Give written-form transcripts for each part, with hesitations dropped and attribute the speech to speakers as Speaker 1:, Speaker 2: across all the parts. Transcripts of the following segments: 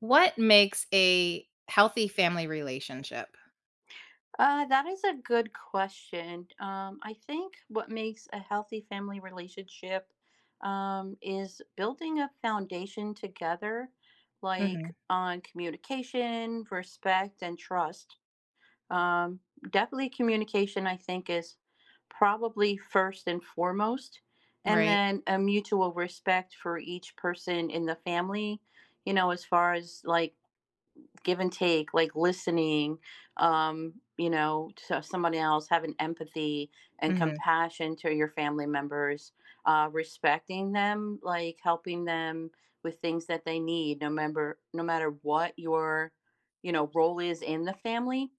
Speaker 1: What makes a healthy family relationship?
Speaker 2: That is a good question. I think what makes a healthy family relationship is building a foundation together, like
Speaker 1: Mhm.
Speaker 2: on communication, respect, and trust. Um, Definitely, communication, I think, is probably first and foremost, and
Speaker 1: Right.
Speaker 2: then a mutual respect for each person in the family, as far as like give and take, like listening, to somebody else, having empathy and
Speaker 1: Mhm.
Speaker 2: compassion to your family members, respecting them, like helping them with things that they need, no matter what your, role is in the family,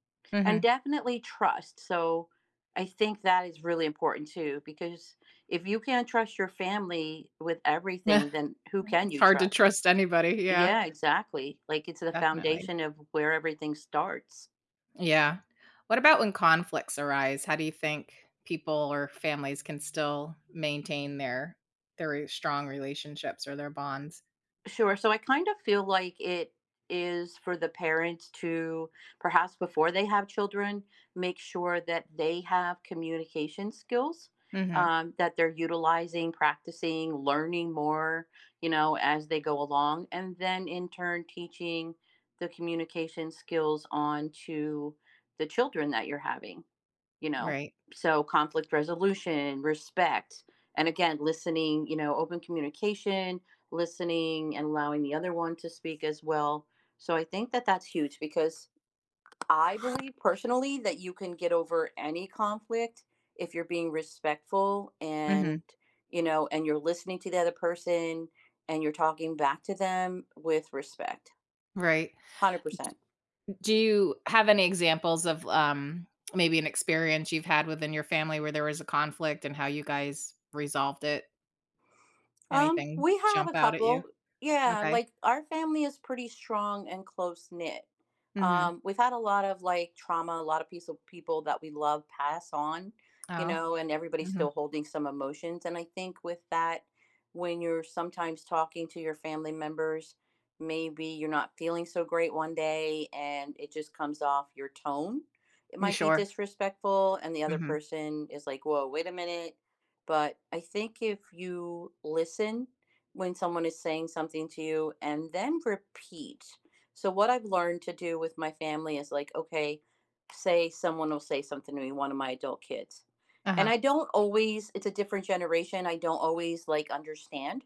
Speaker 2: and
Speaker 1: Mhm.
Speaker 2: definitely trust. So, I think that is really important too, because if you can't trust your family with
Speaker 1: Yeah.
Speaker 2: everything, then who can
Speaker 1: It's
Speaker 2: you
Speaker 1: hard to
Speaker 2: trust?
Speaker 1: trust anybody. Yeah,
Speaker 2: Yeah, exactly. Like it's the
Speaker 1: definitely.
Speaker 2: foundation of where everything starts.
Speaker 1: Yeah. What about when conflicts arise? How do you think people or families can still maintain their re strong relationships or their bonds?
Speaker 2: Sure. So I kind of feel like it is for the parents to perhaps before they have children, make sure that they have communication skills,
Speaker 1: Mhm.
Speaker 2: that they're utilizing, practicing, learning more, as they go along. And then in turn, teaching the communication skills on to the children that you're having. you know
Speaker 1: Right.
Speaker 2: so conflict resolution, respect, and again listening, open communication, listening, and allowing the other one to speak as well. So I think that that's huge because I believe personally that you can get over any conflict if you're being respectful and
Speaker 1: Mhm.
Speaker 2: you know and you're listening to the other person and you're talking back to them with respect.
Speaker 1: Right.
Speaker 2: 100%.
Speaker 1: Do you have any examples of, maybe an experience you've had within your family where there was a conflict and how you guys resolved it? Anything
Speaker 2: We have a
Speaker 1: jump out at you?
Speaker 2: couple. Yeah,
Speaker 1: Okay.
Speaker 2: like our family is pretty strong and close knit.
Speaker 1: Mhm.
Speaker 2: We've had a lot of like trauma, a lot of piece of people that we love pass on,
Speaker 1: Oh,
Speaker 2: and everybody's still
Speaker 1: mhm.
Speaker 2: holding some emotions. And I think with that, when you're sometimes talking to your family members, maybe you're not feeling so great one day, and it just comes off your tone. It
Speaker 1: You
Speaker 2: might be
Speaker 1: sure?
Speaker 2: disrespectful, and the other
Speaker 1: Mhm.
Speaker 2: person is like, whoa, wait a minute, but I think if you listen when someone is saying something to you and then repeat. So, what I've learned to do with my family is like, okay, say someone will say something to me, one of my adult kids. And
Speaker 1: Uh-huh.
Speaker 2: I don't always, it's a different generation. I don't always like understand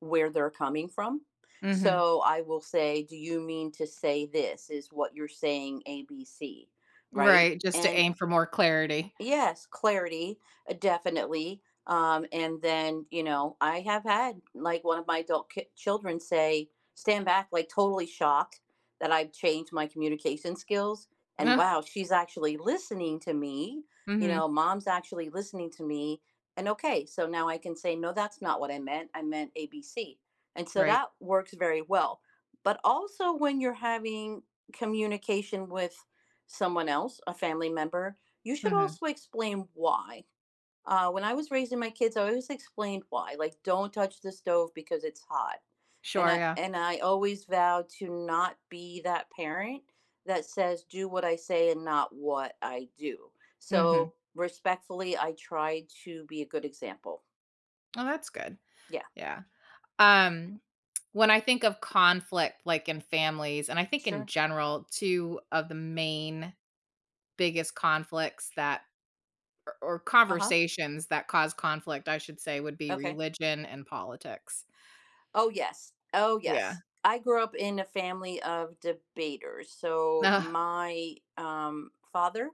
Speaker 2: where they're coming from.
Speaker 1: Mhm.
Speaker 2: So I will say, do you mean to say this? Is what you're saying ABC, right?
Speaker 1: Right, just to
Speaker 2: And
Speaker 1: aim for more clarity.
Speaker 2: yes, clarity, definitely. And then, I have had like one of my adult children say, stand back, like totally shocked that I've changed my communication skills. And
Speaker 1: Uh,
Speaker 2: wow, she's actually listening to me.
Speaker 1: mhm.
Speaker 2: Mom's actually listening to me. And okay, so now I can say, no, that's not what I meant. I meant ABC. And so
Speaker 1: Right.
Speaker 2: that works very well. But also when you're having communication with someone else, a family member, you should
Speaker 1: Mhm.
Speaker 2: also explain why. When I was raising my kids, I always explained why. Like, don't touch the stove because it's hot. And
Speaker 1: Sure,
Speaker 2: I
Speaker 1: yeah.
Speaker 2: and I always vowed to not be that parent that says do what I say and not what I do.
Speaker 1: Mhm.
Speaker 2: So respectfully, I try to be a good example.
Speaker 1: Oh, that's good.
Speaker 2: Yeah,
Speaker 1: Yeah. Um, when I think of conflict, like, in families, and I think in
Speaker 2: sure.
Speaker 1: general, two of the main biggest conflicts that or
Speaker 2: Uh huh.
Speaker 1: conversations that cause conflict, I should say, would be
Speaker 2: Okay.
Speaker 1: religion and politics.
Speaker 2: Oh, yes. Oh,
Speaker 1: Yeah.
Speaker 2: yes. I grew up in a family of debaters. So
Speaker 1: Ugh.
Speaker 2: my father,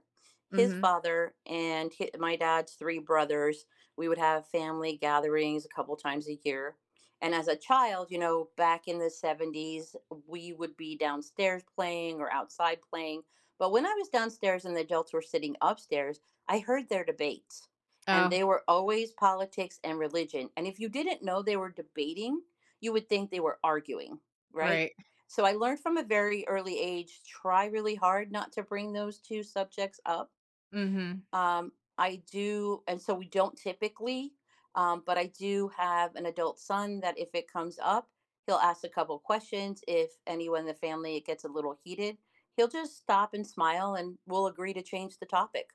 Speaker 2: his
Speaker 1: Mhm.
Speaker 2: father, and hi my dad's three brothers, we would have family gatherings a couple times a year. And as a child, back in the 70s, we would be downstairs playing or outside playing. But when I was downstairs and the adults were sitting upstairs, I heard their debates. And
Speaker 1: Oh.
Speaker 2: they were always politics and religion. And if you didn't know they were debating, you would think they were arguing, right?
Speaker 1: Right.
Speaker 2: So I learned from a very early age, try really hard not to bring those two subjects up.
Speaker 1: Mhm.
Speaker 2: Um, I do, and so we don't typically, but I do have an adult son that if it comes up, he'll ask a couple questions. If anyone in the family it gets a little heated, he'll just stop and smile and we'll agree to change the topic.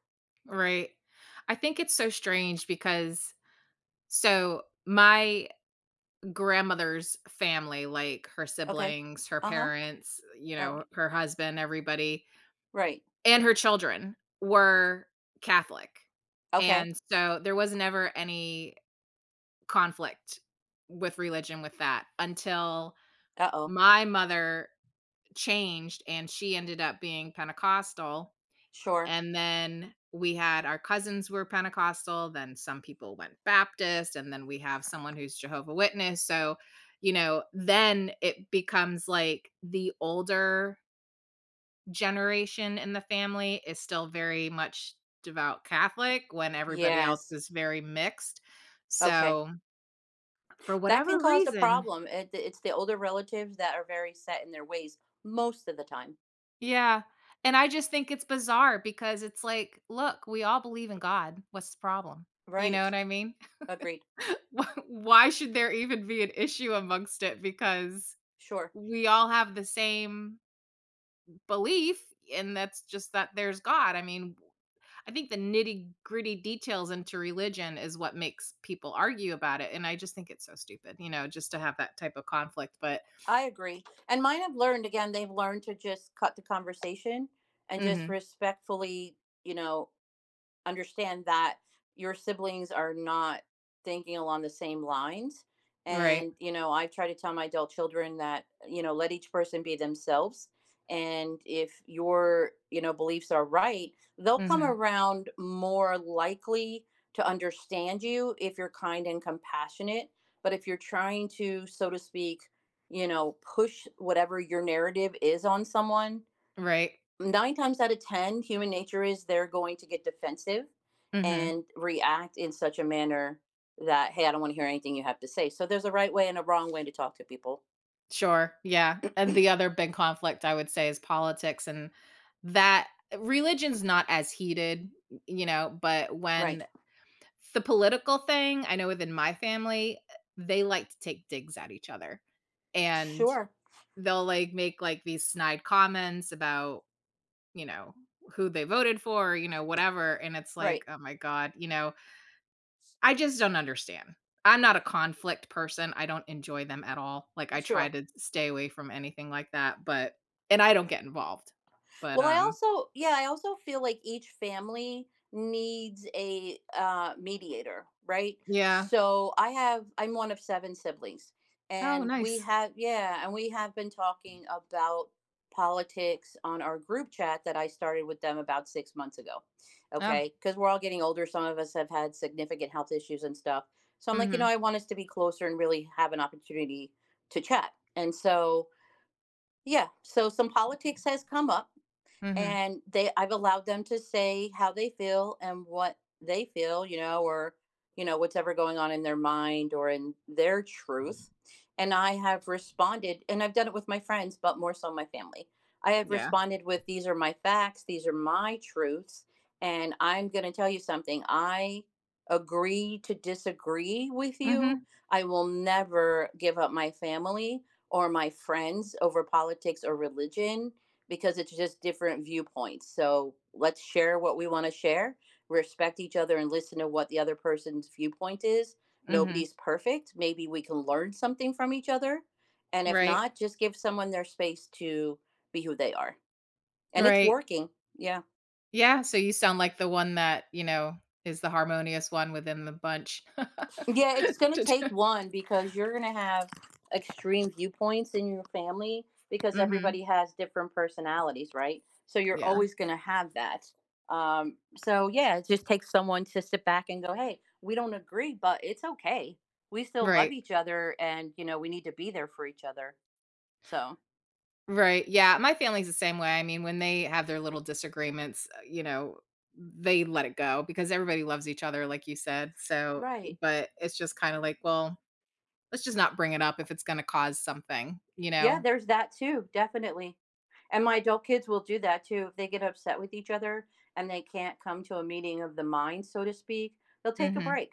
Speaker 1: Right. I think it's so strange because so my grandmother's family, like her
Speaker 2: Okay.
Speaker 1: siblings, her
Speaker 2: Uh huh.
Speaker 1: parents,
Speaker 2: All right.
Speaker 1: her husband, everybody,
Speaker 2: Right.
Speaker 1: and her children were Catholic.
Speaker 2: Okay.
Speaker 1: And so there was never any conflict with religion with that until
Speaker 2: Uh oh.
Speaker 1: my mother changed and she ended up being Pentecostal.
Speaker 2: Sure.
Speaker 1: And then we had our cousins were Pentecostal, then some people went Baptist, and then we have someone who's Jehovah Witness. So, then it becomes like the older generation in the family is still very much devout Catholic when everybody else
Speaker 2: Yes.
Speaker 1: is very mixed.
Speaker 2: Okay.
Speaker 1: So, for
Speaker 2: That can
Speaker 1: whatever
Speaker 2: cause a
Speaker 1: reason,
Speaker 2: problem. It's the older relatives that are very set in their ways most of the time.
Speaker 1: yeah. And I just think it's bizarre because it's like, look, we all believe in God. What's the problem? You know
Speaker 2: Right.
Speaker 1: what I mean?
Speaker 2: Agreed.
Speaker 1: Why should there even be an issue amongst it? Because
Speaker 2: Sure.
Speaker 1: we all have the same belief, and that's just that there's God. I mean, I think the nitty-gritty details into religion is what makes people argue about it, and I just think it's so stupid, just to have that type of conflict, but
Speaker 2: I agree. And mine have learned again, they've learned to just cut the conversation and just
Speaker 1: Mhm.
Speaker 2: respectfully, you know, understand that your siblings are not thinking along the same lines.
Speaker 1: Right.
Speaker 2: And, I try to tell my adult children that, let each person be themselves. And if your, beliefs are right, they'll come
Speaker 1: Mhm.
Speaker 2: around more likely to understand you if you're kind and compassionate. But if you're trying to, so to speak, push whatever your narrative is on someone,
Speaker 1: Right.
Speaker 2: nine times out of 10, human nature is they're going to get defensive
Speaker 1: Mhm.
Speaker 2: and react in such a manner that, hey, I don't want to hear anything you have to say. So there's a right way and a wrong way to talk to people.
Speaker 1: Sure, yeah, and the other big conflict I would say is politics and that religion's not as heated, you know, but
Speaker 2: Right.
Speaker 1: when the political thing, I know within my family, they like to take digs at each other. And
Speaker 2: Sure.
Speaker 1: they'll like make like these snide comments about, you know, who they voted for, whatever. And it's
Speaker 2: Right.
Speaker 1: like, oh my God, I just don't understand. I'm not a conflict person. I don't enjoy them at all. Like I try
Speaker 2: Sure.
Speaker 1: to stay away from anything like that, but and I don't get involved. But
Speaker 2: Well, I also, yeah, I also feel like each family needs a mediator, right?
Speaker 1: yeah.
Speaker 2: So I'm one of seven siblings,
Speaker 1: Oh,
Speaker 2: and we
Speaker 1: nice.
Speaker 2: have yeah, and we have been talking about politics on our group chat that I started with them about 6 months ago.
Speaker 1: Oh.
Speaker 2: Okay, because we're all getting older. Some of us have had significant health issues and stuff. So I'm like,
Speaker 1: Mhm.
Speaker 2: I want us to be closer and really have an opportunity to chat. And so yeah, so some politics has come up
Speaker 1: Mhm.
Speaker 2: and they I've allowed them to say how they feel and what they feel, or whatever going on in their mind or in their truth. And I have responded and I've done it with my friends, but more so my family. I have
Speaker 1: Yeah.
Speaker 2: responded with these are my facts, these are my truths, and I'm going to tell you something. I agree to disagree with you.
Speaker 1: Mhm.
Speaker 2: I will never give up my family or my friends over politics or religion because it's just different viewpoints. So let's share what we want to share, respect each other, and listen to what the other person's viewpoint is.
Speaker 1: Mhm.
Speaker 2: Nobody's perfect. Maybe we can learn something from each other. And if
Speaker 1: Right.
Speaker 2: not, just give someone their space to be who they are. And it's
Speaker 1: Right.
Speaker 2: working. Yeah.
Speaker 1: Yeah, so you sound like the one that, is the harmonious one within the bunch.
Speaker 2: Yeah, it's gonna
Speaker 1: To
Speaker 2: take
Speaker 1: do
Speaker 2: one because you're gonna have extreme viewpoints in your family because
Speaker 1: Mhm.
Speaker 2: everybody has different personalities, right? So you're
Speaker 1: Yeah.
Speaker 2: always gonna have that. Um, so yeah, it just takes someone to sit back and go, "Hey, we don't agree, but it's okay. We still love
Speaker 1: Right.
Speaker 2: each other, and you know we need to be there for each other." So
Speaker 1: Right. Yeah, my family's the same way. I mean, when they have their little disagreements, they let it go because everybody loves each other, like you said. So,
Speaker 2: right.
Speaker 1: but it's just kinda like, well, let's just not bring it up if it's gonna cause something, you
Speaker 2: Yeah,
Speaker 1: know?
Speaker 2: there's that too, definitely. And my adult kids will do that too. If they get upset with each other and they can't come to a meeting of the mind, so to speak, they'll take a
Speaker 1: Mhm.
Speaker 2: break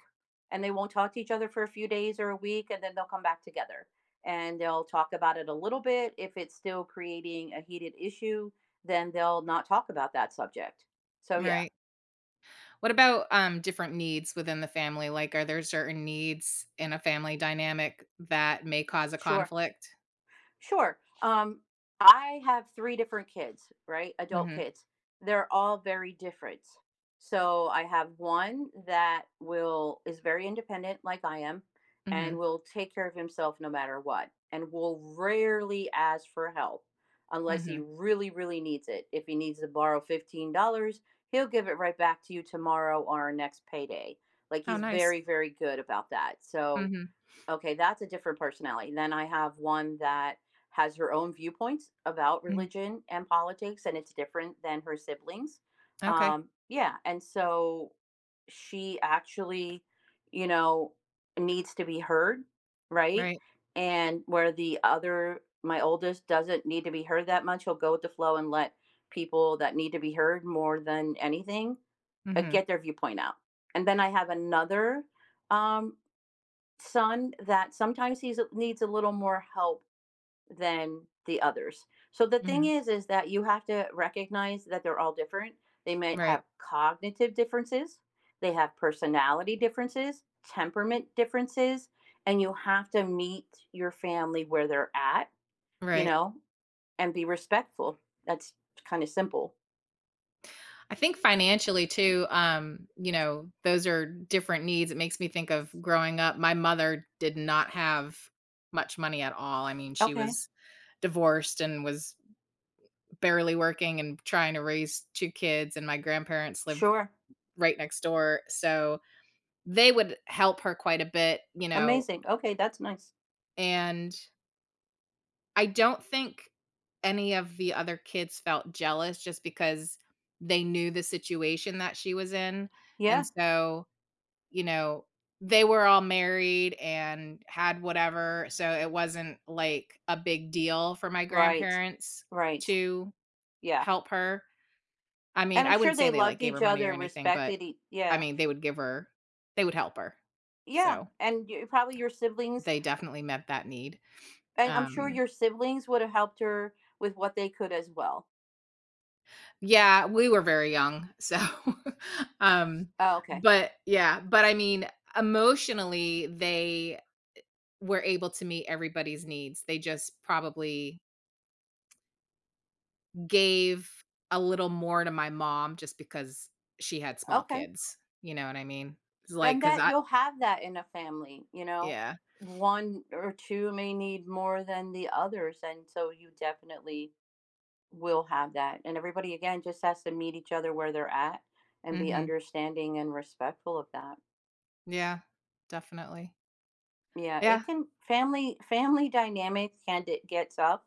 Speaker 2: and they won't talk to each other for a few days or a week and then they'll come back together and they'll talk about it a little bit. If it's still creating a heated issue, then they'll not talk about that subject. So, yeah,
Speaker 1: Right. What about, different needs within the family? Like, are there certain needs in a family dynamic that may cause a
Speaker 2: sure.
Speaker 1: conflict?
Speaker 2: Sure. I have three different kids, right? Adult
Speaker 1: Mhm,
Speaker 2: kids. They're all very different. So I have one that will is very independent, like I am, and
Speaker 1: mhm,
Speaker 2: will take care of himself no matter what, and will rarely ask for help unless he
Speaker 1: mhm.
Speaker 2: really, really needs it. If he needs to borrow $15, he'll give it right back to you tomorrow or our next payday. Like
Speaker 1: How
Speaker 2: he's
Speaker 1: nice.
Speaker 2: very, very good about that. So
Speaker 1: Mhm,
Speaker 2: okay, that's a different personality. Then I have one that has her own viewpoints about
Speaker 1: mm,
Speaker 2: religion and politics, and it's different than her siblings.
Speaker 1: okay,
Speaker 2: Yeah, and so she actually, you know, needs to be heard, right?
Speaker 1: right.
Speaker 2: And where the other, my oldest, doesn't need to be heard that much, he'll go with the flow and let people that need to be heard more than anything
Speaker 1: Mhm,
Speaker 2: get their viewpoint out. And then I have another um son that sometimes he's needs a little more help than the others. So the thing
Speaker 1: mhm,
Speaker 2: is that you have to recognize that they're all different. They might
Speaker 1: right,
Speaker 2: have cognitive differences, they have personality differences, temperament differences, and you have to meet your family where they're at, you
Speaker 1: right.
Speaker 2: know, and be respectful. That's kind of simple.
Speaker 1: I think financially too, those are different needs. It makes me think of growing up, my mother did not have much money at all. I mean, she
Speaker 2: Okay.
Speaker 1: was divorced and was barely working and trying to raise two kids, and my grandparents lived
Speaker 2: Sure.
Speaker 1: right next door, so they would help her quite a bit,
Speaker 2: Amazing. Okay, that's nice.
Speaker 1: and I don't think any of the other kids felt jealous just because they knew the situation that she was in, and
Speaker 2: Yeah.
Speaker 1: so, you know, they were all married and had whatever, so it wasn't, like, a big deal for my
Speaker 2: Right.
Speaker 1: grandparents
Speaker 2: Right.
Speaker 1: to
Speaker 2: Yeah.
Speaker 1: help her. I mean,
Speaker 2: And I'm
Speaker 1: I
Speaker 2: sure
Speaker 1: wouldn't
Speaker 2: they
Speaker 1: say they, like,
Speaker 2: loved
Speaker 1: gave
Speaker 2: each
Speaker 1: her money
Speaker 2: other
Speaker 1: or
Speaker 2: and
Speaker 1: anything, but,
Speaker 2: respected each.
Speaker 1: I
Speaker 2: Yeah.
Speaker 1: mean, they would help her.
Speaker 2: Yeah,
Speaker 1: So,
Speaker 2: and you probably your siblings
Speaker 1: they definitely met that need.
Speaker 2: and I'm sure
Speaker 1: Um
Speaker 2: your siblings would have helped her with what they could as well.
Speaker 1: Yeah, we were very young, so, um,
Speaker 2: Oh, okay.
Speaker 1: but yeah, but I mean, emotionally, they were able to meet everybody's needs. They just probably gave a little more to my mom just because she had small
Speaker 2: Okay.
Speaker 1: kids, you know what I mean? It's like,
Speaker 2: And
Speaker 1: cause
Speaker 2: that
Speaker 1: I
Speaker 2: you'll have that in a family, you know?
Speaker 1: yeah,
Speaker 2: One or two may need more than the others, and so you definitely will have that, and everybody, again, just has to meet each other where they're at and be
Speaker 1: mhm,
Speaker 2: understanding and respectful of that.
Speaker 1: yeah, definitely.
Speaker 2: Yeah,
Speaker 1: Yeah,
Speaker 2: it can family family dynamics can d get tough,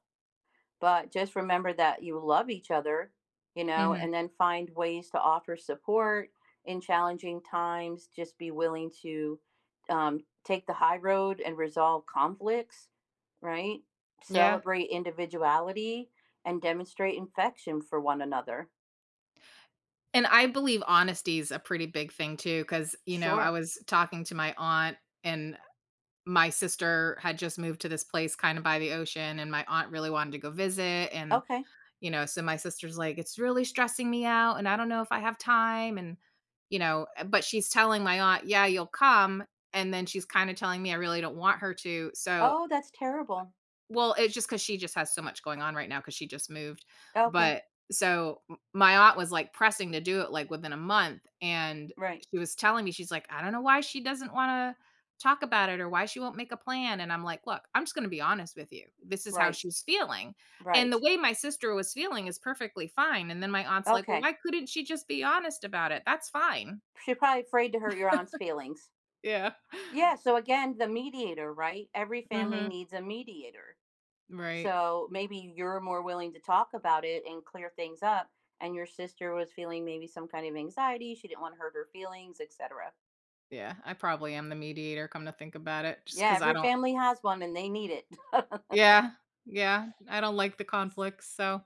Speaker 2: but just remember that you love each other,
Speaker 1: mhm,
Speaker 2: and then find ways to offer support in challenging times. Just be willing to take the high road and resolve conflicts, right?
Speaker 1: yeah,
Speaker 2: Celebrate individuality and demonstrate affection for one another.
Speaker 1: and I believe honesty is a pretty big thing too, because I
Speaker 2: Sure.
Speaker 1: was talking to my aunt and my sister had just moved to this place kind of by the ocean and my aunt really wanted to go visit, and
Speaker 2: Okay.
Speaker 1: so my sister's like, it's really stressing me out, and I don't know if I have time, and but she's telling my aunt, yeah, you'll come, and then she's kind of telling me, I really don't want her to, so
Speaker 2: Oh, that's terrible.
Speaker 1: well, it's just because she just has so much going on right now because she just moved,
Speaker 2: Okay.
Speaker 1: but so m my aunt was, like, pressing to do it, like, within a month, and
Speaker 2: Right.
Speaker 1: she was telling me, she's like, "I don't know why she doesn't wanna talk about it or why she won't make a plan," and I'm like, "Look, I'm just gonna be honest with you. This is how
Speaker 2: Right.
Speaker 1: she's feeling," and
Speaker 2: Right.
Speaker 1: the way my sister was feeling is perfectly fine, and then my aunt's like, "Well,
Speaker 2: Okay.
Speaker 1: why couldn't she just be honest about it? That's fine."
Speaker 2: She's probably afraid to hurt your aunt's feelings.
Speaker 1: Yeah.
Speaker 2: Yeah, so again, the mediator, right? Every family
Speaker 1: Mhm.
Speaker 2: needs a mediator.
Speaker 1: Right.
Speaker 2: So maybe you're more willing to talk about it and clear things up, and your sister was feeling maybe some kind of anxiety, she didn't want to hurt her feelings, etc.
Speaker 1: Yeah, I probably am the mediator, come to think about it, just
Speaker 2: Yeah,
Speaker 1: because I
Speaker 2: every
Speaker 1: don't.
Speaker 2: family has one and they need it.
Speaker 1: Yeah, yeah, I don't like the conflicts, so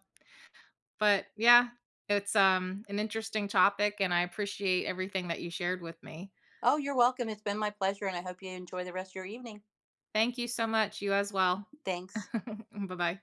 Speaker 1: but yeah, it's, an interesting topic, and I appreciate everything that you shared with me.
Speaker 2: Oh, you're welcome. It's been my pleasure, and I hope you enjoy the rest of your evening.
Speaker 1: Thank you so much, you as well.
Speaker 2: Thanks.
Speaker 1: Bye-bye.